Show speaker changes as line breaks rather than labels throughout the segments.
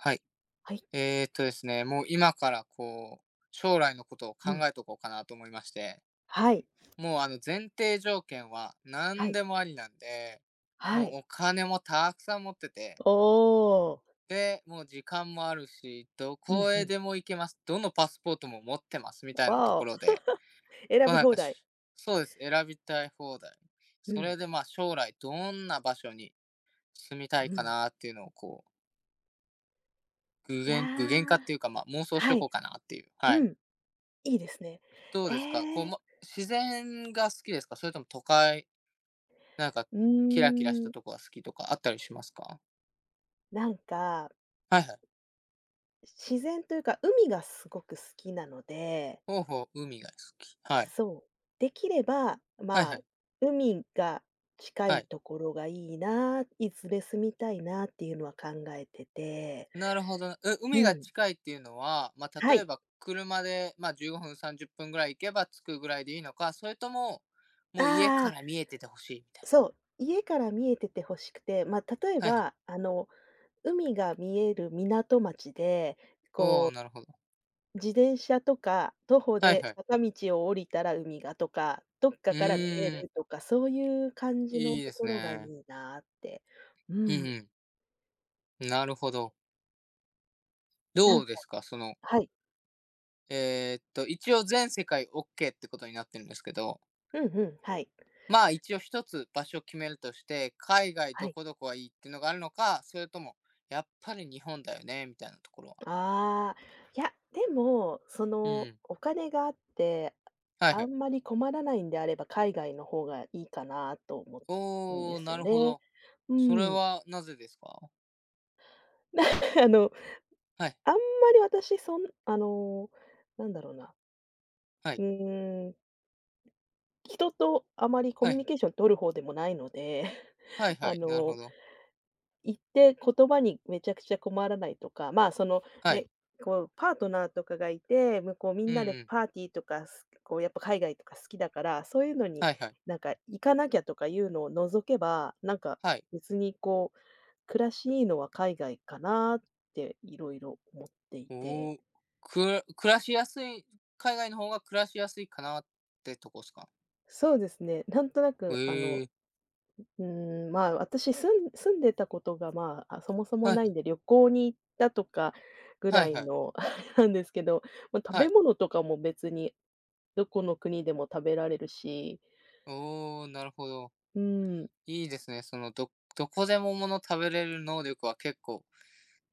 はい。
はい。
ですね、もう今からこう、将来のことを
う
考
ん。
えとこうかなと思いまして、
はい。
もう前提条件は
は
何
い。
でもありなんで、
は
もう
い。
お金もたくさん持ってて、
おお。
で、もう時間もあるし、ど
うん
こ
う
へ
ん。
でも行けます。どのパスポートも持ってますみた
わ
いなとこ
お。
ろで、
選
こう
び
なん
放
か
題。
しそうです、選びたい放題。
う
そ
ん。
れでまあ将来どんな場所に住みた
う
いか
ん。
なっていうのをこう、具
い
現具現化っ
や、
ていうかまあ妄想し
は
とこ
い。
うかなっていう。
う
はい。
ん。いいですね。
どう
え
ですか？こう、
え、
ま、自然が好きですか？それとも都会、なんか
うー
キラキラした
ん、
とこが好きとかあったりしますか？
なんか、
はいはい。
自然というか、海がすごく好きなので、
ほうほう、海が好き。はい。
そう、できれば、
はい
ま
は
あ、
い。
海が近
は
い
い。
ところがいいな、いずれ住みたいなっていうのは考えてて。
なるほど。う
う
海が
ん。
近いっていうのは、まあ、
は
例え
い。
ば車で、まあ、15分、30分ぐらい行けば着くぐらいでいいのか、それとも、もう家
あ
から
あ。
見えててほしいみたいな。
そう、家から見えてて欲しくて、まあ、例え
はいはい。
ば、あの、海が見える港町で、
おお、なるほど。
自転車とか徒歩
はい
で
はい。
坂道を降りたら海がとか、どっか
う
から見え
ーん、
るとか、そういう感じの
いい
と
です
ころがい
ね。
いなって。う
うん
ん、
うん。なるほど。
な
ど
ん
う
か
ですか？
はい。
一応全世界 OK ってことになってるんですけど、
うんうん、はい。
まあ一応一つ場所を決めるとして、海外
は
ど
い。
こどこがいいっていうのがあるのか、それとも、やっぱり日本だよね、みたいなところは。
ああ、いや、でも、そ
う
の、
ん。
お金があって、
はいは
あん
い。
まり困らないんであれば、海外の方がいいかなと思うんで
おー、
す
な
よ
るほ
ね。
ど。
う
それ
ん。
はなぜですか？
な あの、
はい、
あんまり私、そんあの、なんだろうな、
は
う
い、
ーん、人とあまりコ
は
ミュニ
い、
ケーション取る方でもないので、
はい、は
あ
い、なるほ
の
ど。
言って言葉にめちゃくちゃ困らないとか、まあ、その、
は
ね、
い。
こうパートナーとかがいて、向こうみ
う
ん
んう
なで
ん。
パーティーとか、すこうやっぱ海外とか好きだから、そういうのに
はいはい。
なんか行かなきゃとかいうのを除けば、なんか
はい。
別にこう、暮らしいいのは海外かなっていろいろ思っていて。
おー、暮らしやすい、海外の方が暮らしやすいかなってとこですか？
そうですね、なんとな
へ
くあの
えー。
うーん、まあ、私、住んでたことが、まあ、あ、そもそも
はい
な
は
いん
い、
で、旅行に行ったとかぐ
は
ら
い
い
はい、
の あれなんですけど、まあ、食
は
べ
い。
物とかも別にどこの国でも食べられるし、
おお、なるほど。
うん、
いいですね。どこでももの食べれる能力は結構、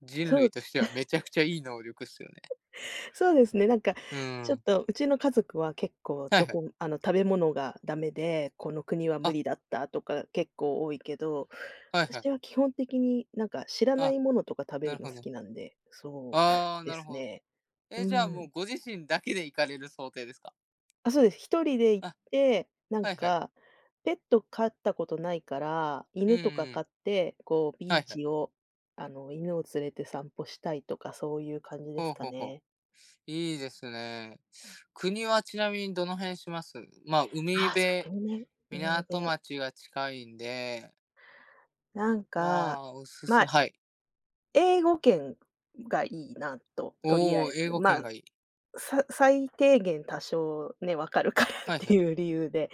人
そ
類
う
としてはめちゃくちゃいい能力っすよね。
そうですね、なんか、
う
ち
ー
ょっ
ん。
とうちの家族は結構
は
ど
いはい。
こあの、食べ物がダメで、この国は無
あ、
理だったとか結構多いけど、
はいはい。
私は基本的になんか知らな
あ、
いものとか食べ
なる
るの
ほ
好
ど。
きなんで、そう
ああ、
で
なる
す
ほど。
ね。う
え、じゃあも
ん。
うご自身だけで行かれる想定ですか？
あ、そうです。一人で行っ
あ、
て、なん
はいはい。
か、ペット飼ったことないから、
うん
犬
う
とか飼
ん。
って、こうビ
は
ー
いはい。
チを、あの、犬を連れて散歩したいとか、そういう感じです
ほう
か
ほうほう。
ね。
いいですね。国はちなみにどの辺します？まあ、海
ああ、そっ
辺、
か、海ね海
港
で。
町が近いんで、
なん
ま
か、
あ、おす
ま、
す
あ
はい。
英語圏がいいなと、とりあ
お
え
お、英
ず。
語
ま
圏
あ、
がいい。
さ最低限多少ね、わかるから っ
はいは
て
い。
いう理由で。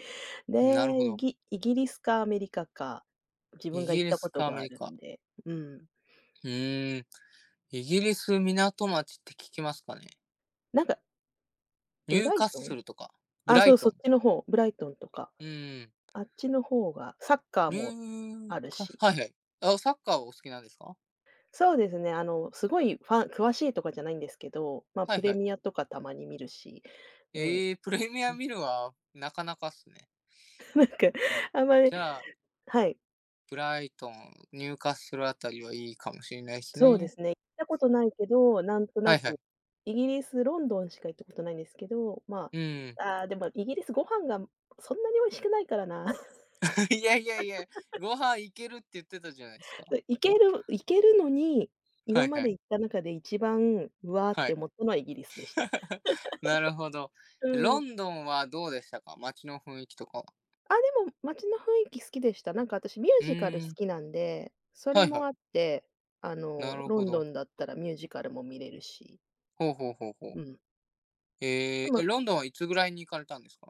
なるほ
で、イ
ど。
ギイギリスかアメリカか、自
イ
分が行っ
ギリ
たこ
ス
と
かア
が
メ
あ
リ
る
カ。
んで、うん。
うーん。イギリス港町って聞きますかね。
なんか、
ニ
ブ
ュー
ライ
カッ
ト
ス
ン？
ルとか、ブ
あ、
ラ
そ
イ
う、そ
ト
っ
ン。
ちの方、ブライトンとか、
うーん。
あっちの方がサッカー
ニ
も
ュー
ある
カッ
し。
はいはい。あ、サッカーはお好きなんですか？
そうですね、あの、すごいファン詳しいとかじゃないんですけど、ま、
はい
プレ
はい。
ミアとかたまに見るし、うん。
ええ、プレミア 見るはなかなかっすね。
なんか、あんまり
じゃあ、
はい、
ブライトン、ニューカッスルあたりはいいかもしれないです
そうで
ね。
すね、行ったことないけど、なんとな
はいは
く、
い。
イギリス、ロンドンしか行ったことないんですけど、ま
うん。
あ、ああ、でもイギリスご飯がそんなに美味しくないからな。
いやいやいや、ご飯行けるって言ってたじゃないですか。
そう、行けるのに、
は
今
い
ま
は
で
い。
行った中で一番、うわっ
は
て
い。
思ったのはイギリスでした。
なるほど。
う
ロ
ん。
ンドンはどうでしたか？街の雰囲気とかは。
あ、でも街の雰囲気好きでした。なんか私ミュ
う
ージカル好
ーん、
きなんで、そ
は
れ
いは
も
い。
あって、あ
な
の、
る
ロ
ほ
ンド
ど。
ンだったらミュージカルも見れるし、
ほうほうほうほ
う
う。
ん。
え
で
え、
も、
ロンドンはいつぐらいに行かれたんですか？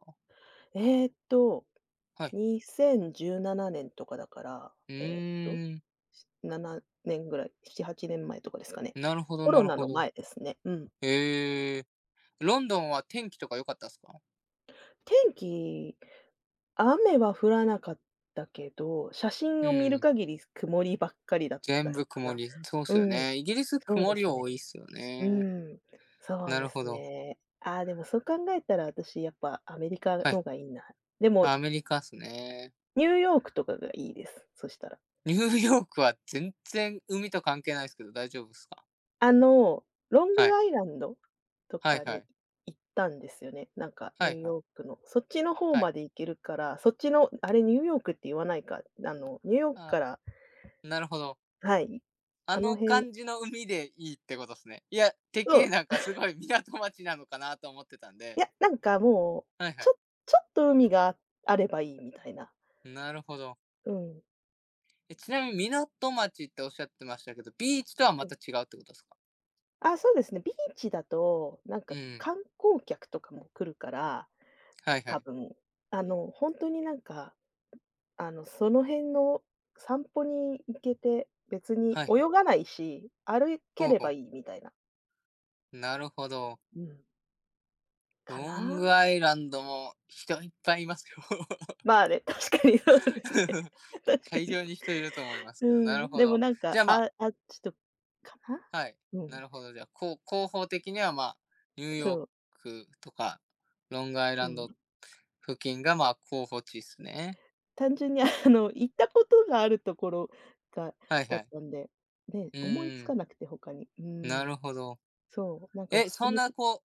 えっと、
はい。
2017年とかだから、
うーん、
7年ぐらい、7、8年前とかですかね。
なるほど
コ
な
ロ
る
ナ
ほ
の
ど。
前ですね。うん。
ええ、ロンドンは天気とか良かったですか？
天気雨は降らなかったけど、写
う
真を見る
ん、
限り曇りばっかりだった
全
か
部曇
な。
り、そうっ
う
すよ
ん、
ね。イギリス
そう
曇
で
り
すね。
多いっすよ
う
ね。
ん、そう
な
で
るほ
す
ど。
ね。ああ、でもそう考えたら私やっぱアメリカ
は
の
い。
がいいな。でも、
アメリカっすね。
ニューヨークとかがいいです、そしたら。
ニューヨークは全然海と関係ないですけど大丈夫っすか？
あの、ロン
は
グ
い。
アイランドと
はい
か
は
に
い。
行ったんですよね。なんか
は
ニュー
いはい。
ヨークの。そっちの方
は
ま
い。
で行けるから、そっちのあれニューヨークって言わないか、あの、ニューヨーク
あ、
から
なるほど。
はい、
あ
あの
の
辺
感じの海でいいってことですね。いや、てっき
そ
りなんかすごい港町なのかなと思ってたん
い
で。
や、なんかもう、
はいは
ち
い。
ょちょっと海があればいいみたいな。
なるほど。
うん。
え、ちなみに港町っておっしゃってましたけど、ビーチとは
は
ま
い。
た違うってことですか？
あ、そうですね。ビーチだと、なん
う
か
ん。
観光客とかも来るから、
はいは
多
い。
分、あの、ほんとになんか、あの、その辺の散歩に行けて、別に
はいはい。
泳がないし、歩け
ほう
れ
ほ
ば
う。
いいみたいな。
なるほど。
うん。か
ロング
な。
アイランドも人いっぱいいますよ。
まあね、確かにそうですね。確か
大
に。
量に人いると思います
う
けど、なる
ん。
ほ
でも
ど。
なん
じ
か、
ゃあ、まあ
ああ、ちょっとかな。
はい。
う
な
ん。
るほど。じゃあ、こう広報的には、まあ、ニューヨー
そう。
クとか、ロングアイ
う
ランド
ん。
付近が、まあ、候補地っすね。
単純に あの、行ったことがあるところが
はい
だ
は
っ
い。
たんで、ね、
う
思いつ
ーん、
かなくて他に。う
な
ん。
るほど。
そう、なんかお
え、
すす
そん
め
な
と
こ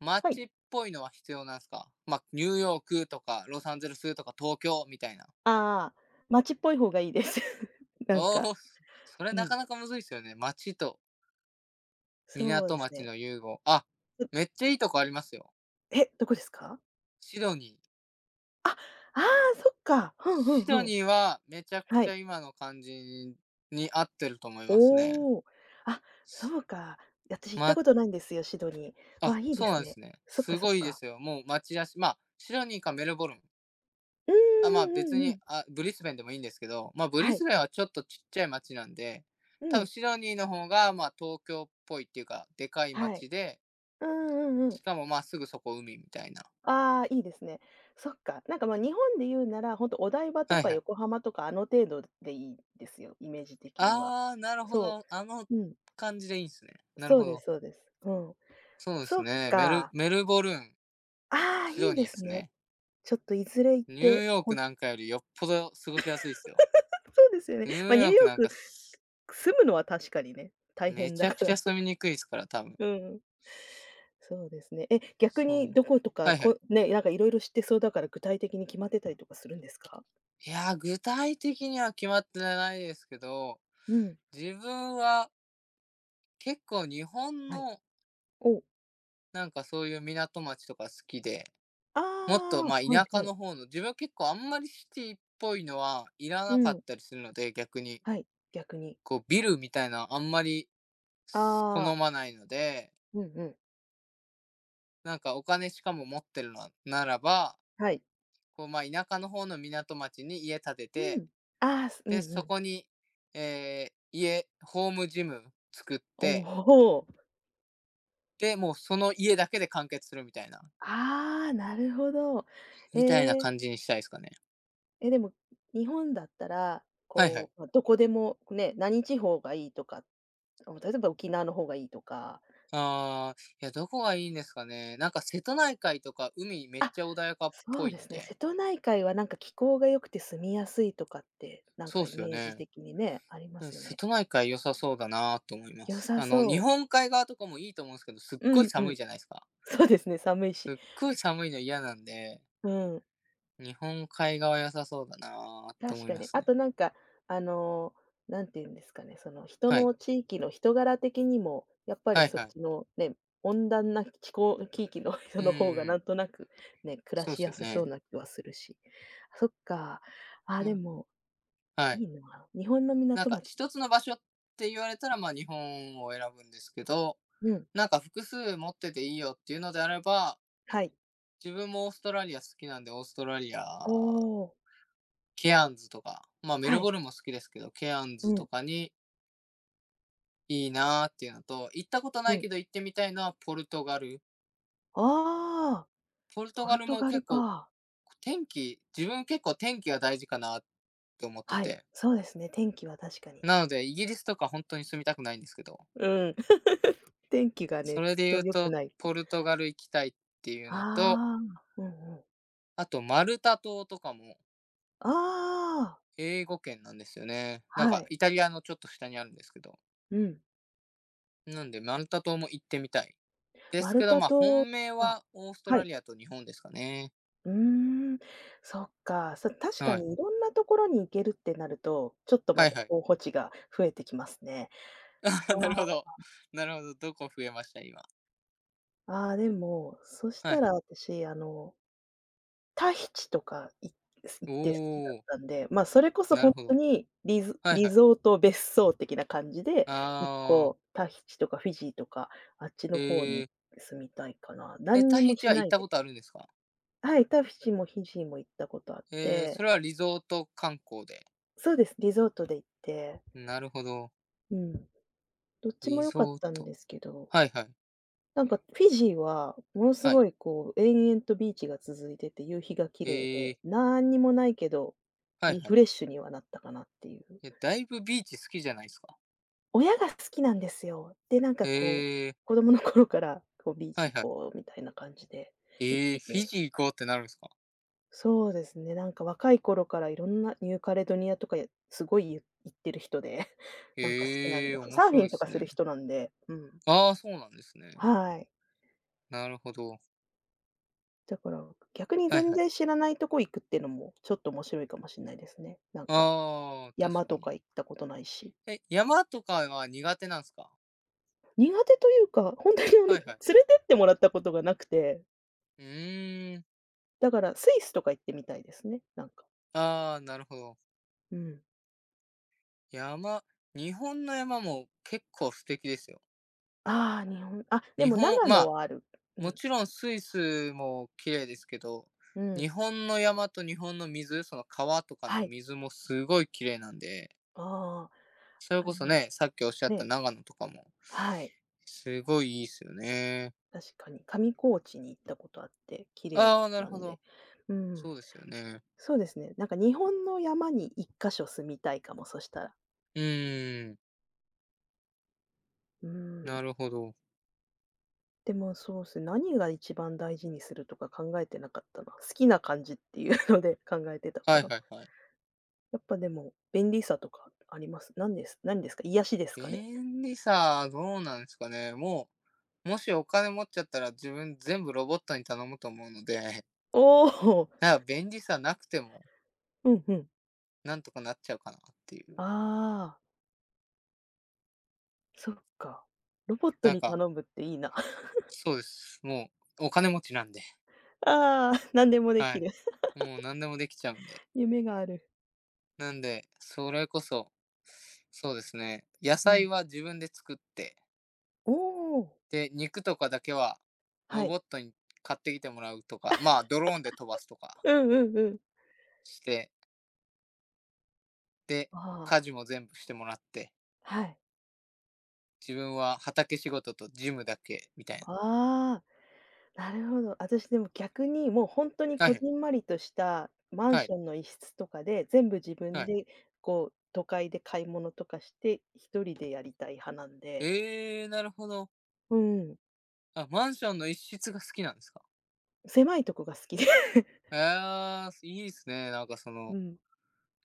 う、
はい。
街っぽいのは必要なんすか？まあ、ニューヨークとか、ロサンゼルスとか、東京みたいな。
ああ、街っぽい方がいいです。なんか、
おお、それ
う
な
ん。
かなかむずいっすよね。街と
そうで
港
す
町
ね。
の融合。あ、
う
めっちゃいいとこありますよ。
え、どこですか？
シドニー。
あ、ああー、そっか。ふんふん
シ
ふ
ド
ん。
ニーはめちゃく
は
ち
い。
ゃ今の感じに合ってると思いますね。
おお。あ、そうか。私行った
ま、
ことないんですよ、シドニー。わ
あ、
あ、いいで
そうな
す
んで
ね。
すね。
そっか
す
そっ
ごいで
か。
すよ。もう町だし、まあ、シドニーかメルボルン。
うん
あ、まあ、
うんう
別
んう
に、
ん。
あ、ブリスベンでもいいんですけど、まあ、ブリ
はい。
スベンはちょっとちっちゃい町なんで、
う
多分
ん。
シドニーの方が、まあ、東京っぽいっていうか、でかい
はい。
町で、
うんうんう
し
ん。
かも、まあ、すぐそこ海みたいな。
ああ、いいですね。そっか。なんか、ま、あ日本で言うなら、ほんとお台場と
はい
か
はい。
横浜とか、あの程度でいいですよ、イメージ的には。
ああ、なるほ
そ
ど。あの
う。うん。
感じでいいんですね。なる
そう
ほ
で
ど。
すそうです。うん。
そうです
そっ
ね。メル
か。
メルボルン、
ああ、
シ
いい
ドニ
で
ーで
す
す
ね。
ね。
ちょっといずれ行っ
ニュー
て、
ヨー
ほ
ク
ん
なんかよりよっぽど過ごしやすいっすよ。
そうですよね。
ニュー
ま、ニ
ヨ
ュー
ーク
ヨー
なん
ク
かす、
住むのは確かにね、大
め
変
ち
だ
ゃ
か
くちゃ
ら。
住 みにくいっすから、多分。
うん。そうですね。え、逆
そ
に
う。
どことか、
はいはい。
こね、なんかいろいろ知ってそうだから、具体的に決まってたりとかするんですか？
いや、具体的には決まってないですけど、
うん。
自分は結構日本
はい。
の、
お。
なんかそういう港町とか好きで、
あ
もっと、
あ、
ま、
はい
田舎
はい。
の方の、自分は結構あんまりシティっぽいのはいら
う
なかっ
ん。
たりするので、逆に。
はい、逆に。
こうビルみたいなのあんまり
あ
好
あ。
まないので、
うんうん。
なんかお金しかも持ってるのならば
はい。
こう、まあ、田舎の方の港町に家建て
う
て、
ん。ああ、すうん
で、
う
そ
ん。
こに、ホームジム作っ
お
て、
お。
で、もうその家だけで完結するみたいな、
ああ、なるほど。え
みたいな
え、
感じにしたいですかね。
え、でも、日本だったら、
はいはい。
こう、ま、どこでもね、何地方がいいとか、お例えば沖縄の方がいいとか、
あー、いや、どこがいいんですかね。なんか瀬戸内海とか海めっちゃ穏やかっ
そ
ぽ
う
い
で
の
すね、
で、
瀬戸内海はなんか気候が良くて住みやすいとかって、なん
そう
か
っ
イ
すよ
メージ
ね。
的にね、ありま
うん、
すよ
瀬
ね。
戸内海良さそうだなと思いま
良
す。
さ
あの、
そ
日
う。
本海側とかもいいと思うんですけど、すっ
う
ごい
んう
寒い
ん。
じゃないですか。
そうですね、寒い
す
し。
っごい寒いの嫌なんで、
うん。
日本海側良さそうだなと
確
思い
か
ま
に。
す
あ
ね。
となんか、あのー、なんていうんですかね、その人
はい。
の地域の人柄的にも、やっぱり
はい
そっ
はい。
ちのね、温暖な気候地域の 人
う
の方が
ー
なん
ん。
となくね、暮ら
そう
し
です
や
よ
すそう
ね。
な気はするし。そっか。あ、
ま
で
あ、
も、
は
い
い。
いな。日本の
なん
港
か
町
一つの場所って言われたら、まあ、日本を選ぶんですけど、
うん。
なんか複数持ってていいよっていうのであれば、
はい。
自分もオーストラリア好きなんで、オーストラリ
お
ア、
ー
ケアンズとか、まあ、メ
は
ル
い。
ボルンも好きですけど、ケアン
う
ズと
ん、
かにいいなっていうのと、行ったこと
う
ない
ん。
けど行ってみたいのはポルトガル。
ああ、
ポルト
ポ
ガ
ル
ル
ト
も
ガ
結
ル
構
か。
天気、自分結構天気が大事かなって思って
はい、
て。
そうですね、天気は確かに。
なので、イギリスとか本当に住みたくないんですけど、
うん、天気がね、
それ
ずっ
で
と
言う
良く
と、
ないと
ポルトガル行きたいっていう
あ
のと、
あ、うんうん。
あとマルタ島とかも
ああ、
英語圏なんですよね。なん
は
か
い。
イタリアのちょっと下にあるんですけど、
うん。
なんでマルタ島も行ってみたい。です
丸
けど、
太
まあ、
と
本命
あ、
はオースト
は
ラ
い。
リアと日本ですかね。
うーん、そっか。そ、確か
はい。
にいろんなところに行けるってなると、ちょっとま
はい
た
はい。
候補地が増えてきますね。
あ、なるほど。なるほど、どこ増えました、今。
ああ、ああ、でも、そし
はい
た
は
ら
い。
私、あのタヒチとかい行って好きだっ
おー、
たんで、まあ、それこそ
な
ほん
るほ
と
ど。
にリゾ
はい
リ
はい。
ゾート別荘的な感じで、
あ
一
ー
個タヒチとかフィジーとか、あっちの方
え
に
え、
住みたいかな。何に
タヒ
も
チ
し
は
な
行っ
い
た
で
ことあるんですか？
はい、タヒチもフィジーも行ったことあっ
ええ、そ
て、
れはリゾート観光で。
そうです、リゾートで行って、
なるほど。
うん、どっちも
リ
良かっ
ゾー
たん
ト。
ですけど、
はいはい。
なんかフィジーはものす
はい。
ごいこう延々とビーチが続いてて、夕日が綺
え
麗で、
え、
なんにもないけど、
はい
リ
は
フ
い。
レッシュにはなったかなっていう。
え、だいぶビーチ好きじゃないですか。
親が好きなんですよ。で、なんか
え
こう、
え、
子供の頃から、こう、ビー
はい
チ
は
行
い。
こうみたいな感じで
え
行って
フィ
て。
ジー行こうってなるんですか？
そうですね、なんか若い頃からいろんなニューカレドニアとか、すごいゆ行ってる人で、なんか好きなん
え
で、
えー、面
サーフ
白
ィン
いで
とか
す
す
ね。
る人なんで、うん。
ああ、そうなんですね。
はい。
なるほど。
だから、逆に
はい
全
はい。
然知らないとこ行くっていうのも、ちょっと面白いかもしれないですね。なんか、
ああ、確
山
か
と
に。
か行ったことないし。
え、山とかは苦手なんですか？
苦手というか、本当にあ
は
の、連
い
れ
はい。
てってもらったことがなくて。
うーん。
だからスイスとか行ってみたいですね、なんか。
ああ、なるほど。
うん。
山日本の山も結構素敵ですよ。
ああ、日本あ、でも長
ま
野
あ、
はある。う
も
ん、
ちろんスイスも綺麗ですけど、
う
日
ん、
本の山と日本の水、その川とか
は
の
い。
水もすごい綺麗なんで、
ああ、
それ
あ
こそ
の、
ね、さっきおっしゃった
ね、
長野とかも、
はい、
すごいいいですよね。
確かに上高地に行ったことあって、綺麗
ああ、なる
な
ほ
んで。
ど。
う
そ
ん、
うですよね。
そうですね、なんか日本の山に一か所住みたいかも、そしたら。
うーん、
うん。
なるほど。
でもそうですね、何が一番大事にするとか考えてなかったな。好きな感じっていうので考えてたか
はい
ら。
はいはい。
やっぱでも便利さとかあります。何ですか？癒しですかね？
便利さ、どうなんですかね。もうもしお金持っちゃったら自分全部ロボットに頼むと思うので、
おお、
なんか便利さなくても、
うんうん。
なんとかなっちゃうかなっていう。
ああ、そっか。ロボット
なん
に
か、
頼むっていいな。
そうです。もうお金持ちなんで、
ああ、何でもで
は
き
い。
る。
もう何でもできちゃうんで。
夢がある。
なんで、それこそ、そうですね、野
う
菜
ん。
は自分で作って、
おお、
で、肉とかだけは
は
ロ
い。
ボットに買ってきてもらうとか、まあ、ドローンで飛ばすとか
うんうんうん。
して、で、家
ああ、
事も全部してもらって、
はい。
自分は畑仕事とジムだけみたいな。
ああ、なるほど。私でも逆にもう本当に
は
こ
い。
じんまりとしたマン
は
シ
い。
ョンの一室とかで、全部自分
はい。
でこう都会で買い物とかして、一人でやりたい派なんで。
なるほど。
うん、
あ、マンションの一室が好きなんですか？
狭いとこが好きで。
いいですね。なんかそ
う
の、
ん。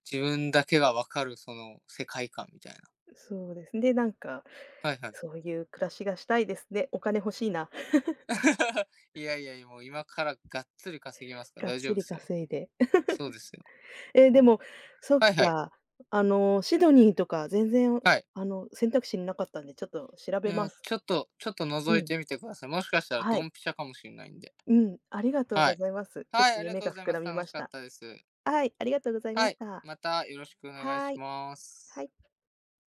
自分だけが分かるその世界観みたいな。
そうですね、なんか、
はいはい。
そういう暮らしがしたいですね。お金欲しいな。
いやいや、もう今からがっつり稼ぎますから
がっ
大丈
つ
夫で
り
すよ。
稼いで。
そう ですよ。
え、で
も
も、そっ
うはいはい。
か、あの、シドニーとか全然、
はい。
あの、選択肢になかったんで、ちょっと調
い
べま
や、
す。
ちょっとちょっと
う
覗い
ん。
てみてください。もしかしたら
は
ド
い。
ンピシャかもしれないんで。
うん、ありがとうご
はい。
ざいます。ちょっ
はい、
と
ありが
夢
とう
が
ござい
膨
ま
ら
す。
み
楽
ま
し
し
かっ
た。
たです。
はい、ありがとうございま
は
し
い、
た。
またよろしくお願い
は
し
ーい。
ま
は
す。
い。